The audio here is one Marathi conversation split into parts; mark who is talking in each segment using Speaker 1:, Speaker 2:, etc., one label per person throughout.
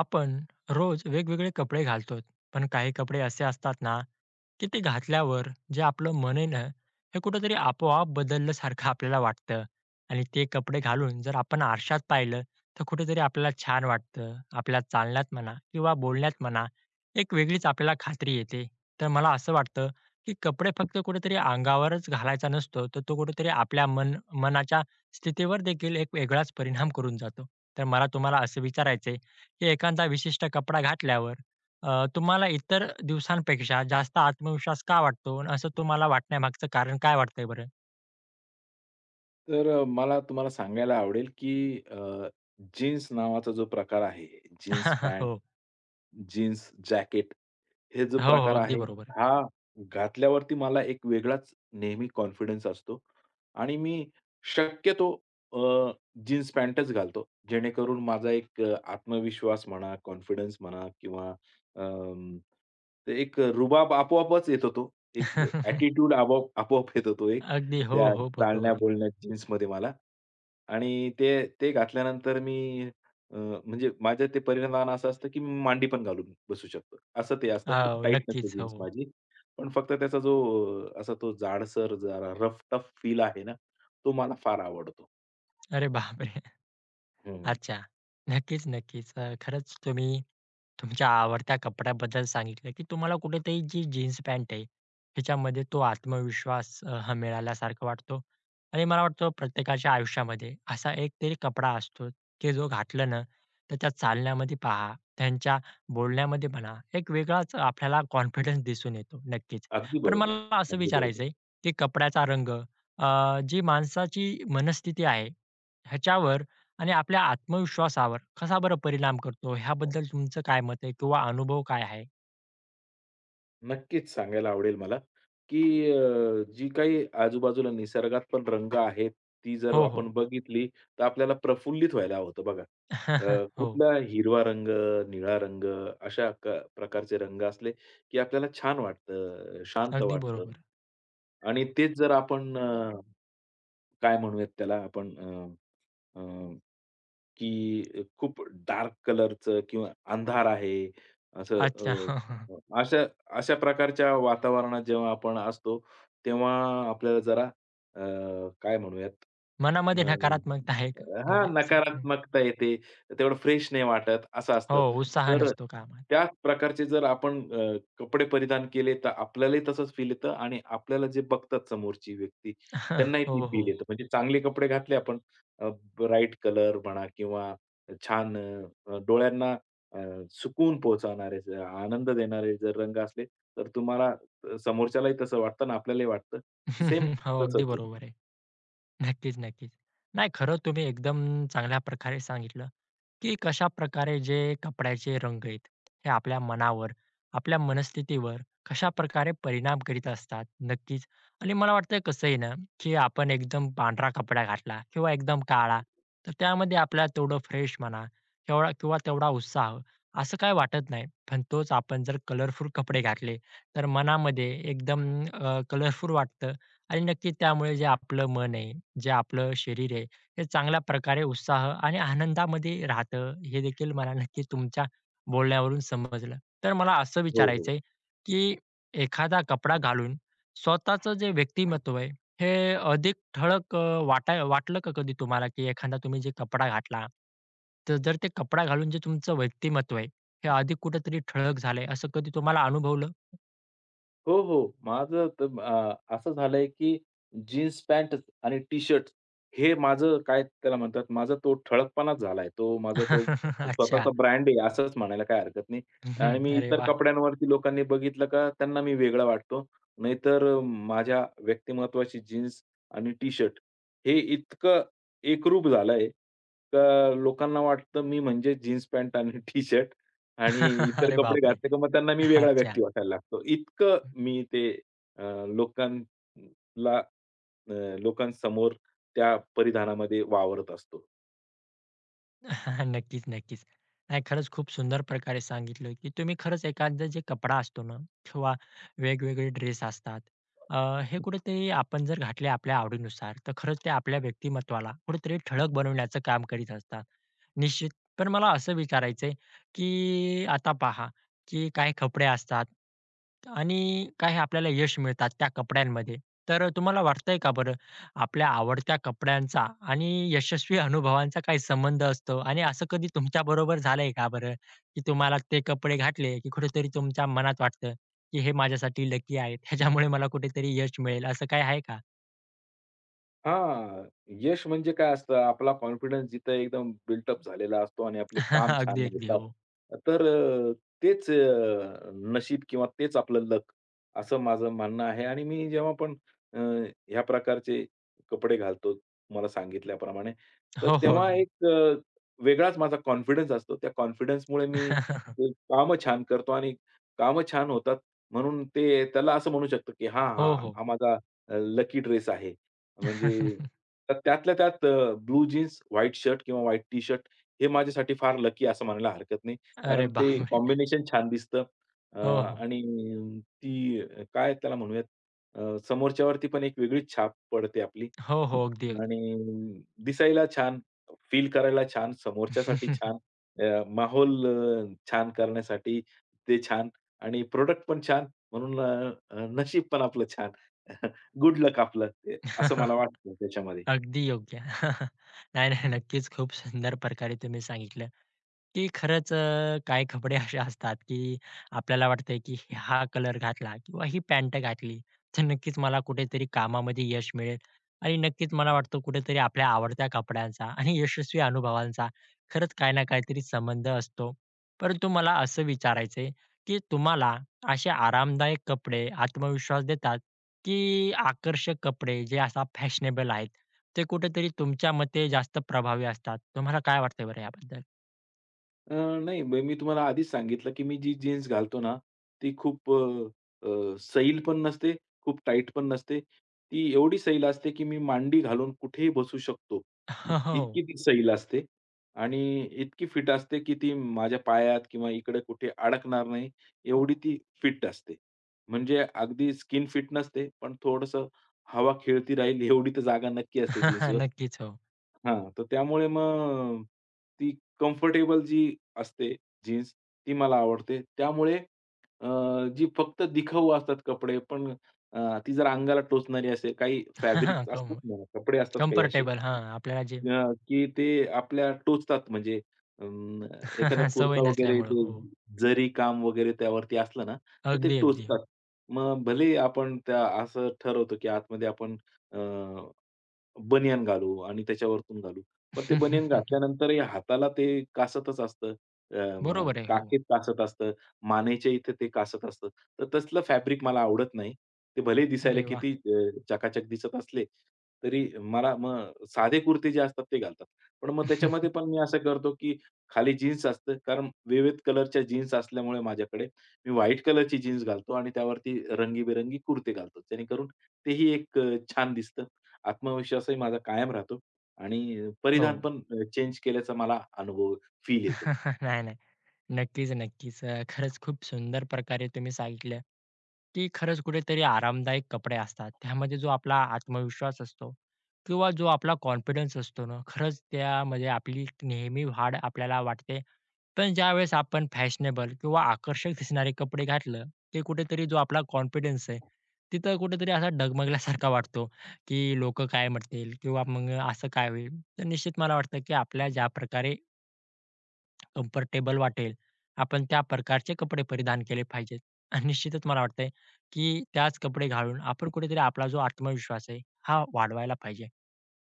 Speaker 1: आपण रोज वेगवेगळे कपडे घालतो पण काही कपडे असे असतात ना की ते घातल्यावर जे आपलं मन आहे ना हे कुठंतरी आपोआप बदलल्यासारखं आपल्याला वाटतं. आणि ते कपडे घालून जर आपण आरशात पाहिलं तर कुठेतरी आपल्याला छान वाटतं आपल्या चालण्यात म्हणा किंवा बोलण्यात म्हणा एक वेगळीच आपल्याला खात्री येते. तर मला असं वाटतं की कपडे फक्त कुठेतरी अंगावरच घालायचा नसतो तर तो कुठेतरी आपल्या मनाच्या स्थितीवर देखील एक वेगळाच परिणाम करून जातो. तर मला तुम्हाला असं विचारायचंय की एखादा विशिष्ट कपडा घातल्यावर तुम्हाला इतर दिवसांपेक्षा जास्त आत्मविश्वास का वाटतो आणि असं तुम्हाला वाटण्यामागचं कारण काय वाटतंय बरं?
Speaker 2: मला तुम्हाला सांगायला आवडेल, की जीन्स नावाचा जो प्रकार आहे, जीन्स पॅन्ट,
Speaker 1: हो.
Speaker 2: जीन्स जॅकेट हे जो
Speaker 1: हो, हो.
Speaker 2: प्रकार
Speaker 1: अगदी
Speaker 2: आहे,
Speaker 1: बरोबर.
Speaker 2: हा घातल्यावरती मला एक वेगळाच नेहमी कॉन्फिडन्स असतो आणि मी शक्यतो अ, जीन्स पॅन्टच घालतो. जेणेकरून माझा एक आत्मविश्वास म्हणा, कॉन्फिडन्स म्हणा किंवा अं, एक रुबाब आपोआपच येतो तो. एक ॲटिट्यूड आपोआप आपोआप येतो तो एक.
Speaker 1: अगदी. हो,
Speaker 2: त्या
Speaker 1: हो. बरोबर
Speaker 2: चालण्या
Speaker 1: आहे.
Speaker 2: बोलण्या जीन्समध्ये मला आणि ते ते घातल्यानंतर अ, म्हणजे माझ्या ते परिणाम असं असतं, की मी मांडी पण घालून बसू शकतो. असं ते असतं. खूप
Speaker 1: हो,
Speaker 2: टाईट नसते
Speaker 1: नक्कीच. हो.
Speaker 2: जीन्स माझी. पण फक्त त्याचा जो असा तो जाडसर जरा रफ टफ फील आहे ना, तो मला फार आवडतो.
Speaker 1: अरे बापरे!
Speaker 2: हं.
Speaker 1: अच्छा. नक्कीच, नक्कीच. खरंच तुम्ही तुमच्या आवडत्या कपड्याबद्दल सांगितलं, की तुम्हाला कुठेतरी जी जीन्स पॅन्ट आहे, ह्याच्यामध्ये तो आत्मविश्वास हा मिळाल्यासारखा वाटतो. आणि मला वाटतं प्रत्येकाच्या आयुष्यामध्ये असा एक तरी कपडा असतो, की जो घातला ना, त्याच्या चालण्यामध्ये पहा, त्यांच्या बोलण्यामध्ये म्हणा, एक वेगळाच आपल्याला कॉन्फिडन्स दिसून येतो. नक्कीच.
Speaker 2: अगदी
Speaker 1: पण
Speaker 2: बरोबर.
Speaker 1: मला असं
Speaker 2: अगदी बरोबर.
Speaker 1: विचारायचं की कपड्याचा रंग जी माणसाची मनस्थिती आहे, ह्याच्यावर आणि आपल्या आत्मविश्वासावर कसा बरं परिणाम करतो ह्याबद्दल तुमचं काय मत आहे किंवा अनुभव काय आहे?
Speaker 2: नक्कीच सांगायला आवडेल मला, की जी काही आजूबाजूला निसर्गात पण रंग आहेत, ती जर
Speaker 1: हो, हो.
Speaker 2: आपण बघितली, तर आपल्याला प्रफुल्लित व्हायला होतं बघा.
Speaker 1: हो,
Speaker 2: कुठला हिरवा रंग, निळा रंग अशा प्रकारचे रंग असले, की आपल्याला छान वाटतं, शांत
Speaker 1: अगदी
Speaker 2: वाटतं.
Speaker 1: बरोबर.
Speaker 2: आणि तेच जर आपण काय म्हणूयात त्याला आपण अ, अ, की खूप डार्क कलरचं किंवा अंधार आहे, असं
Speaker 1: अच्छा. हां, हां.
Speaker 2: अ, अशा अशा प्रकारच्या वातावरणात जेव्हा आपण असतो, तेव्हा आपल्याला जरा अ, काय म्हणूयात
Speaker 1: मनामध्ये
Speaker 2: अ,
Speaker 1: नकारात्मकता आहे का?
Speaker 2: हां,
Speaker 1: म्हणजे असं हं.
Speaker 2: नकारात्मकता येते. तेवढं फ्रेश नाही वाटत, असं
Speaker 1: हो,
Speaker 2: असतं.
Speaker 1: उत्साह
Speaker 2: तर
Speaker 1: नसतो कामात.
Speaker 2: त्याच प्रकारचे जर आपण कपडे परिधान केले, तर आपल्यालाही तसंच फील येतं आणि आपल्याला जे बघतात समोरची व्यक्ती, त्यांनाही ती
Speaker 1: हो,
Speaker 2: फील
Speaker 1: हो.
Speaker 2: येतं. म्हणजे चांगले कपडे घातले आपण, अ, ब्राईट कलर म्हणा किंवा छान डोळ्यांना अ, सुकून पोहोचवणारे, आनंद देणारे जर रंग असले, तर तुम्हाला समोरच्यालाही तसं वाटतं आणि आपल्यालाही वाटतं. सेम
Speaker 1: हो, अगदी
Speaker 2: तसंच आहे.
Speaker 1: बरोबर आहे. नक्कीच, नक्कीच. नाही खरं तुम्ही एकदम चांगल्या प्रकारे सांगितलं, की कशाप्रकारे जे कपड्याचे रंग आहेत, हे आपल्या मनावर, आपल्या मनस्थितीवर कशाप्रकारे परिणाम करीत असतात. नक्कीच. आणि मला वाटतं कसं आहे ना, की आपण एकदम पांढरा कपडा घातला किंवा एकदम काळा, तर त्यामध्ये आपल्याला तेवढं फ्रेश म्हणा तेवढा किंवा तेवढा उत्साह असं काही वाटत नाही. पण तोच आपण जर कलरफुल कपडे घातले, तर मनामध्ये एकदम कलरफुल वाटतं आणि नक्की त्यामुळे जे आपलं मन आहे जे आपलं शरीर आहे हे चांगल्या प्रकारे उत्साह आणि आनंदामध्ये राहतं, हे देखील मला नक्कीच तुमच्या बोलण्यावरून समजलं. तर मला असं
Speaker 2: हो, हो.
Speaker 1: विचारायचंय, की एखादा कपडा घालून स्वतःचं जे व्यक्तिमत्व आहे, हे अधिक ठळक वाटलं का कधी तुम्हाला, की एखादा तुम्ही जे कपडा घातला, तर जर ते कपडा घालून जे तुमचं व्यक्तिमत्व आहे, हे अधिक कुठेतरी ठळक झालंय, असं कधी तुम्हाला अनुभवलं?
Speaker 2: हो, हो. माझं तर असं झालंय, की जीन्स पॅन्ट आणि टी-शर्ट हे माझं काय त्याला म्हणतात, माझा तो ठळकपणाच झालाय. तो माझा तो स्वतःचा
Speaker 1: अच्छा.
Speaker 2: ब्रँड आहे असंच म्हणायला काही हरकत नाही. आणि
Speaker 1: हं,
Speaker 2: मी
Speaker 1: अरे
Speaker 2: इतर
Speaker 1: वाह!
Speaker 2: कपड्यांवरती लोकांनी बघितलं का त्यांना मी वेगळा वाटतो. नाहीतर माझ्या व्यक्तिमत्त्वाची जीन्स आणि टी-शर्ट हे इतकं एकरूप झालंय, का लोकांना वाटतं मी म्हणजे जीन्स पॅन्ट आणि टी-शर्ट आणि इतर
Speaker 1: अरे
Speaker 2: कपडे
Speaker 1: बापरे!
Speaker 2: घातले, का मग त्यांना मी वेगळा
Speaker 1: अच्छा.
Speaker 2: व्यक्ती वाटायला लागतो. इतकं मी ते अ, लोकांला लोकांसमोर त्या परिधानामध्ये वावरत असतो.
Speaker 1: नक्कीच, नक्कीच. नाही, खरंच खूप सुंदर प्रकारे सांगितलं, की तुम्ही खरंच एखादा जे कपडा असतो ना किंवा वेगवेगळे ड्रेस असतात, अ, हे कुठेतरी आपण जर घातले आपल्या आवडीनुसार, तर खरंच ते आपल्या व्यक्तिमत्त्वाला कुठेतरी ठळक बनवण्याचं काम करीत असतात. निश्चित. पण मला असं विचारायचंय, की आता पहा, की काही कपडे असतात आणि काही आपल्याला यश मिळतात त्या कपड्यांमध्ये. तर तुम्हाला वाटतंय का बरं, आपल्या आवडत्या कपड्यांचा आणि यशस्वी अनुभवांचा काही संबंध असतो आणि असं कधी तुमच्या बरोबर झालंय का बरं? की तुम्हाला ते कपडे घातले, की कुठेतरी तुमच्या मनात वाटतं, की हे माझ्यासाठी लकी आहेत. ह्याच्यामुळे मला कुठेतरी यश मिळेल असं काही आहे का?
Speaker 2: हां, यश म्हणजे काय असतं, आपला कॉन्फिडन्स जिथं एकदम बिल्ट अप झालेला असतो आणि आपले काम
Speaker 1: अगदी,
Speaker 2: छान
Speaker 1: अगदी.
Speaker 2: होतात.
Speaker 1: हो.
Speaker 2: तर तेच नशीब किंवा तेच आपलं लक असं माझं म्हणणं आहे आणि मी जेव्हा पण अ, ह्या प्रकारचे कपडे घालतो तुम्हाला सांगितल्याप्रमाणे, तर
Speaker 1: हो, हो.
Speaker 2: तेव्हा
Speaker 1: अगदी.
Speaker 2: एक वेगळाच माझा कॉन्फिडन्स असतो. त्या कॉन्फिडन्समुळे मी ते कामं छान करतो आणि कामं छान होतात म्हणून ते त्याला असं म्हणू शकतो, की हां,
Speaker 1: हो,
Speaker 2: हां,
Speaker 1: हो.
Speaker 2: हा माझा लकी ड्रेस आहे. म्हणजे तर त्यातल्या त्यात ब्लू जीन्स, व्हाईट शर्ट किंवा व्हाईट टी-शर्ट हे माझ्यासाठी फार लकी असं म्हणायला हरकत नाही.
Speaker 1: अरे
Speaker 2: कारण ते
Speaker 1: बापरे!
Speaker 2: कॉम्बिनेशन छान दिसतं. अ,
Speaker 1: हो, हो.
Speaker 2: आणि ती काय त्याला म्हणूयात समोरच्यावरती पण एक वेगळीच छाप पडते आपली
Speaker 1: हो, हो. अगदी, अगदी.
Speaker 2: आणि दिसायला छान, फील करायला छान, समोरच्यासाठी छान, माहोल छान करण्यासाठी ते छान आणि प्रॉडक्ट पण छान म्हणून अ, अ, नशीब पण आपलं छान. गुड लक आपलं ते असं मला वाटतं त्याच्यामध्ये.
Speaker 1: अगदी योग्य. नाही, नाही. नक्कीच खूप सुंदर प्रकारे तुम्ही सांगितलं, की खरंच काही कपडे असे असतात, की आपल्याला वाटतंय, की हा कलर घातला किंवा ही पॅन्ट घातली, तर नक्कीच मला कुठेतरी कामामध्ये यश मिळेल आणि नक्कीच मला वाटतं कुठेतरी आपल्या आवडत्या कपड्यांचा आणि यशस्वी अनुभवांचा खरंच काही ना काहीतरी संबंध असतो. परंतु मला असं विचारायचंय, की तुम्हाला असे आरामदायक कपडे आत्मविश्वास देतात, की आकर्षक कपडे जे असा फॅशनेबल आहेत? ते कुठेतरी तुमच्या मते जास्त प्रभावी असतात. तुम्हाला काय वाटतंय बरं याबद्दल?
Speaker 2: अ, नाही, मग मी तुम्हाला आधीच सांगितलं, की मी जी जीन्स घालतो ना, ती खूप अ, अ, सैल पण नसते, खूप टाईट पण नसते. ती एवढी सैल असते, की मी मांडी घालून कुठेही बसू शकतो.
Speaker 1: हो, हो.
Speaker 2: इतकी ती सैल असते आणि इतकी फिट असते, की ती माझ्या पायात किंवा इकडे कुठे अडकणार नाही, एवढी ती फिट असते. म्हणजे अगदी स्किन फिट नसते, पण थोडंसं हवा खेळती राहील एवढी तर जागा नक्की असते जीन्सवर.
Speaker 1: नक्कीच हो.
Speaker 2: हां, तर त्यामुळे मग ती कम्फर्टेबल जी असते जीन्स, ती मला आवडते. त्यामुळे अ, जी फक्त दिखाऊ असतात कपडे, पण अ, ती जर अंगाला टोचणारी असेल, काही फॅब्रिक असतात
Speaker 1: कम
Speaker 2: ना, कपडे असतात काही असे
Speaker 1: कम्फर्टेबल हां, आपल्याला जे
Speaker 2: अ, की ते आपल्या टोचतात. म्हणजे अं, एखादा कुर्ता
Speaker 1: सवय
Speaker 2: वगैरे
Speaker 1: नसल्यामुळं.
Speaker 2: ते
Speaker 1: हो.
Speaker 2: जरी काम वगैरे त्यावरती असलं ना, तर ते
Speaker 1: अगदी, अगदी. हो.
Speaker 2: टोचतात. मग भले आपण त्या असं ठरवतो, की आतमध्ये आपण बनियान घालू आणि त्याच्यावरतून घालू. पण ते बनियान घातल्यानंतरही हाताला ते कासतच असतं. अ, म
Speaker 1: बरोबर आहे. हो.
Speaker 2: काखेत कासत असतं, मानेच्या इथे ते कासत असतं. तर तसलं फॅब्रिक मला आवडत नाही. ते भलेही दिसायला
Speaker 1: अरे वा,
Speaker 2: किती चकाचक दिसत असले, तरी मला मग साधे कुर्ते जे असतात ते घालतात. पण मग त्याच्यामध्ये पण मी असं करतो, की खाली जीन्स असतं. कारण विविध कलरच्या जीन्स असल्यामुळे माझ्याकडे, मी व्हाईट कलरची जीन्स घालतो आणि त्यावरती रंगीबेरंगी कुर्ते घालतो. जेणेकरून तेही एक छान दिसतं. आत्मविश्वासही माझा कायम राहतो आणि
Speaker 1: हो.
Speaker 2: परिधान पण चेंज केल्याचा मला अनुभव, फील येतो.
Speaker 1: नाही, नाही. नक्कीच, नक्कीच. खरंच खूप सुंदर प्रकारे तुम्ही सांगितलं, की खरंच कुठेतरी आरामदायक कपडे असतात. त्यामध्ये जो आपला आत्मविश्वास असतो किंवा जो आपला कॉन्फिडन्स असतो ना, खरंच त्यामध्ये आपली नेहमी वाढ आपल्याला वाटते. पण ज्यावेळेस आपण फॅशनेबल किंवा आकर्षक दिसणारे कपडे घातलं, ते कुठेतरी जो आपला कॉन्फिडन्स आहे, तिथं कुठेतरी असा डगमगल्यासारखा वाटतो, की लोकं काय म्हणतील किंवा मग असं काय होईल? तर निश्चित मला वाटतं, की आपल्या ज्या प्रकारे कम्फर्टेबल वाटेल, आपण त्या प्रकारचे कपडे परिधान केले पाहिजेत. आणि निश्चितच मला वाटतंय, की त्याच कपडे घालून आपण कुठेतरी आपला जो आत्मविश्वास आहे, हा वाढवायला पाहिजे.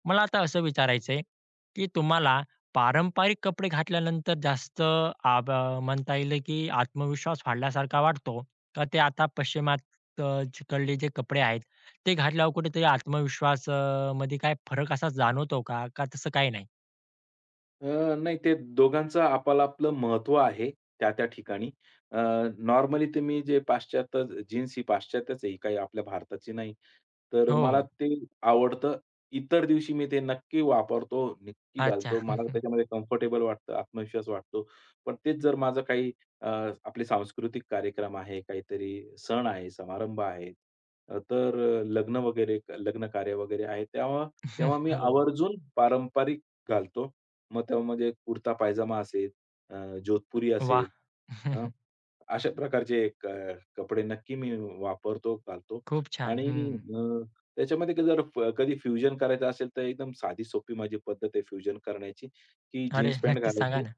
Speaker 1: मला आता असं विचारायचं आहे, की तुम्हाला पारंपरिक कपडे घातल्यानंतर जास्त आब म्हणता येईल, की आत्मविश्वास वाढल्यासारखा वाटतो, का ते आता पश्चिमात अ, कडले जे कपडे आहेत, ते घातल्यावर कुठेतरी आत्मविश्वास मध्ये काय फरक असा जाणवतो का? का तसं काही नाही?
Speaker 2: नाही ते दोघांचं आपापलं आपलं महत्व आहे त्या-त्या ठिकाणी. नॉर्मली तुम्ही जे पाश्चात्य जीन्स ही पाश्चात्याच आहे, ही काही आपल्या भारताची नाही. तर
Speaker 1: हो,
Speaker 2: मला
Speaker 1: हो.
Speaker 2: ते आवडतं. इतर दिवशी मी ते नक्की वापरतो, नक्की
Speaker 1: अच्छा.
Speaker 2: घालतो. मला त्याच्यामध्ये कम्फर्टेबल वाटतं, आत्मविश्वास वाटतो. पण तेच जर माझं काही अ, आपले सांस्कृतिक कार्यक्रम आहे, काहीतरी सण आहे, समारंभ आहे, तर लग्न वगैरे लग्न कार्य वगैरे आहे, तेव्हा तेव्हा मी
Speaker 1: हो.
Speaker 2: आवर्जून पारंपरिक घालतो. मग त्यामध्ये कुर्ता पायजामा असेल, जोधपुरी असेल,
Speaker 1: वाह!
Speaker 2: अ, अशा प्रकारचे कपडे नक्की मी वापरतो, घालतो
Speaker 1: खूप छान. हं.
Speaker 2: आणि अ, त्याच्यामध्ये जर कधी फ्युजन करायचं असेल, तर एकदम साधी सोपी माझी पद्धत आहे फ्युजन करण्याची, की
Speaker 1: अरे,
Speaker 2: जीन्स पॅन्ट
Speaker 1: नक्कीच सांगा
Speaker 2: घालायची,
Speaker 1: ना.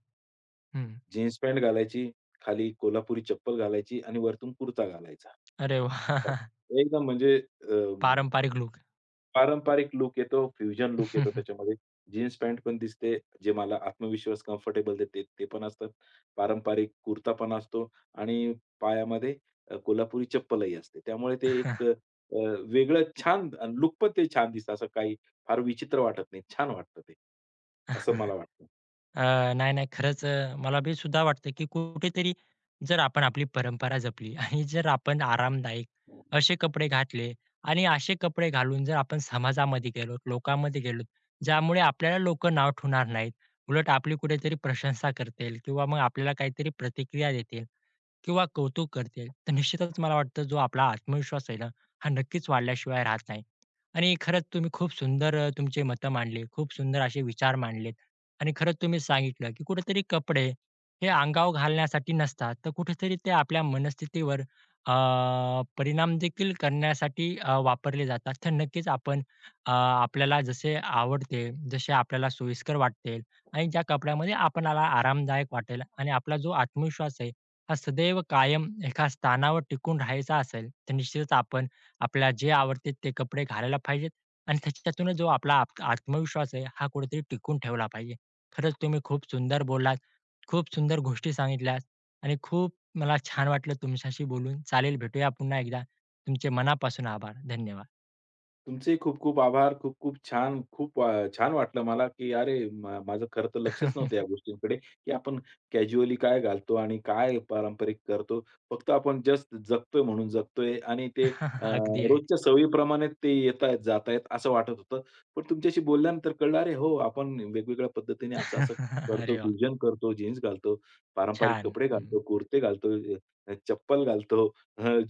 Speaker 1: हं.
Speaker 2: जीन्स पॅन्ट घालायची, खाली कोल्हापुरी चप्पल घालायची आणि वरतून कुर्ता घालायचा.
Speaker 1: अरे वाह!
Speaker 2: एकदम म्हणजे
Speaker 1: पारंपरिक लूक.
Speaker 2: पारंपरिक लूक येतो, फ्युजन लूक येतो त्याच्यामध्ये. जीन्स पॅन्ट पण दिसते, जे मला आत्मविश्वास, कम्फर्टेबल देते ते पण असतात. पारंपरिक कुर्ता पण असतो आणि पायामध्ये कोल्हापुरी चप्पलही असते. त्यामुळे ते एक वेगळं छान लूक पण ते छान दिसतं. असं काही फार विचित्र वाटत नाही. छान वाटतं ते. असं मला वाटतं.
Speaker 1: नाही, नाही. खरंच मला बी सुद्धा वाटतं, की कुठेतरी जर आपण आपली परंपरा जपली आणि जर आपण आरामदायक असे कपडे घातले आणि असे कपडे घालून जर आपण समाजामध्ये गेलो, लोकांमध्ये गेलो, ज्यामुळे आपल्याला लोकं नाव ठेवणार नाहीत. उलट आपली कुठेतरी प्रशंसा करतील किंवा मग आपल्याला काहीतरी प्रतिक्रिया देतील. किंवा कौतुक करतील, तर निश्चितच मला वाटतं जो आपला आत्मविश्वास आहे ना, हा नक्कीच वाढल्याशिवाय राहत नाही. आणि खरंच तुम्ही खूप सुंदर तुमचे मतं मांडली, खूप सुंदर असे विचार मांडलेत आणि खरंच तुम्ही सांगितलं, की कुठेतरी कपडे हे अंगावर घालण्यासाठी नसतात, तर कुठेतरी ते आपल्या मनस्थितीवर अ, परिणाम देखील करण्यासाठी वापरले जातात. तर नक्कीच आपण आपल्याला जसे आवडते, जसे आपल्याला सोयीस्कर वाटते आणि ज्या कपड्यामध्ये आपणाला आरामदायक वाटेल आणि आपला जो आत्मविश्वास आहे हा सदैव कायम एका स्थानावर टिकून राहायचा असेल, तर निश्चितच आपण आपल्याला जे आवडते ते कपडे घालायला पाहिजेत आणि त्याच्यातूनच जो आपला आत्मविश्वास आहे, हा कुठेतरी टिकून ठेवला पाहिजे. खरंच तुम्ही खूप सुंदर बोललात, खूप सुंदर गोष्टी सांगितल्यात आणि खूप मला छान वाटलं तुमच्याशी बोलून. चालेल, भेटूया पुन्हा एकदा. तुमचे मनापासून आभार. धन्यवाद.
Speaker 2: तुमचे खूप खूप आभार. खूप खूप छान, खूप छान वाटलं मला, की अरे माझं खरं तर लक्षच नव्हतं या गोष्टींकडे, की आपण कॅज्युअली काय घालतो आणि काय पारंपरिक करतो. फक्त आपण जस्ट जगतोय म्हणून जगतोय आणि ते अ,
Speaker 1: अगदी, अगदी.
Speaker 2: रोजच्या सवयीप्रमाणे ते येतायत, जातायत असं वाटत होतं. पण तुमच्याशी बोलल्यानंतर कळलं, अरे हो, आपण वेगवेगळ्या पद्धतीने असं-असं करतो,
Speaker 1: अरे वाह!
Speaker 2: फ्युजन करतो, जीन्स घालतो, पारंपरिक
Speaker 1: छान.
Speaker 2: कपडे
Speaker 1: हं.
Speaker 2: घालतो, कुर्ते घालतो, चप्पल घालतो,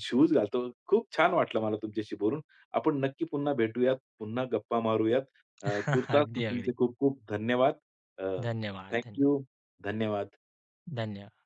Speaker 2: शूज घालतो. खूप छान वाटलं मला तुमच्याशी बोलून. आपण नक्की पुन्हा भेटूयात, पुन्हा गप्पा मारूयात. तूर्तास
Speaker 1: अगदी,
Speaker 2: तुमचे
Speaker 1: अगदी.
Speaker 2: खूप खूप धन्यवाद. अ,
Speaker 1: धन्यवाद, धन्यवाद.
Speaker 2: धन्यवाद.
Speaker 1: धन्यवाद.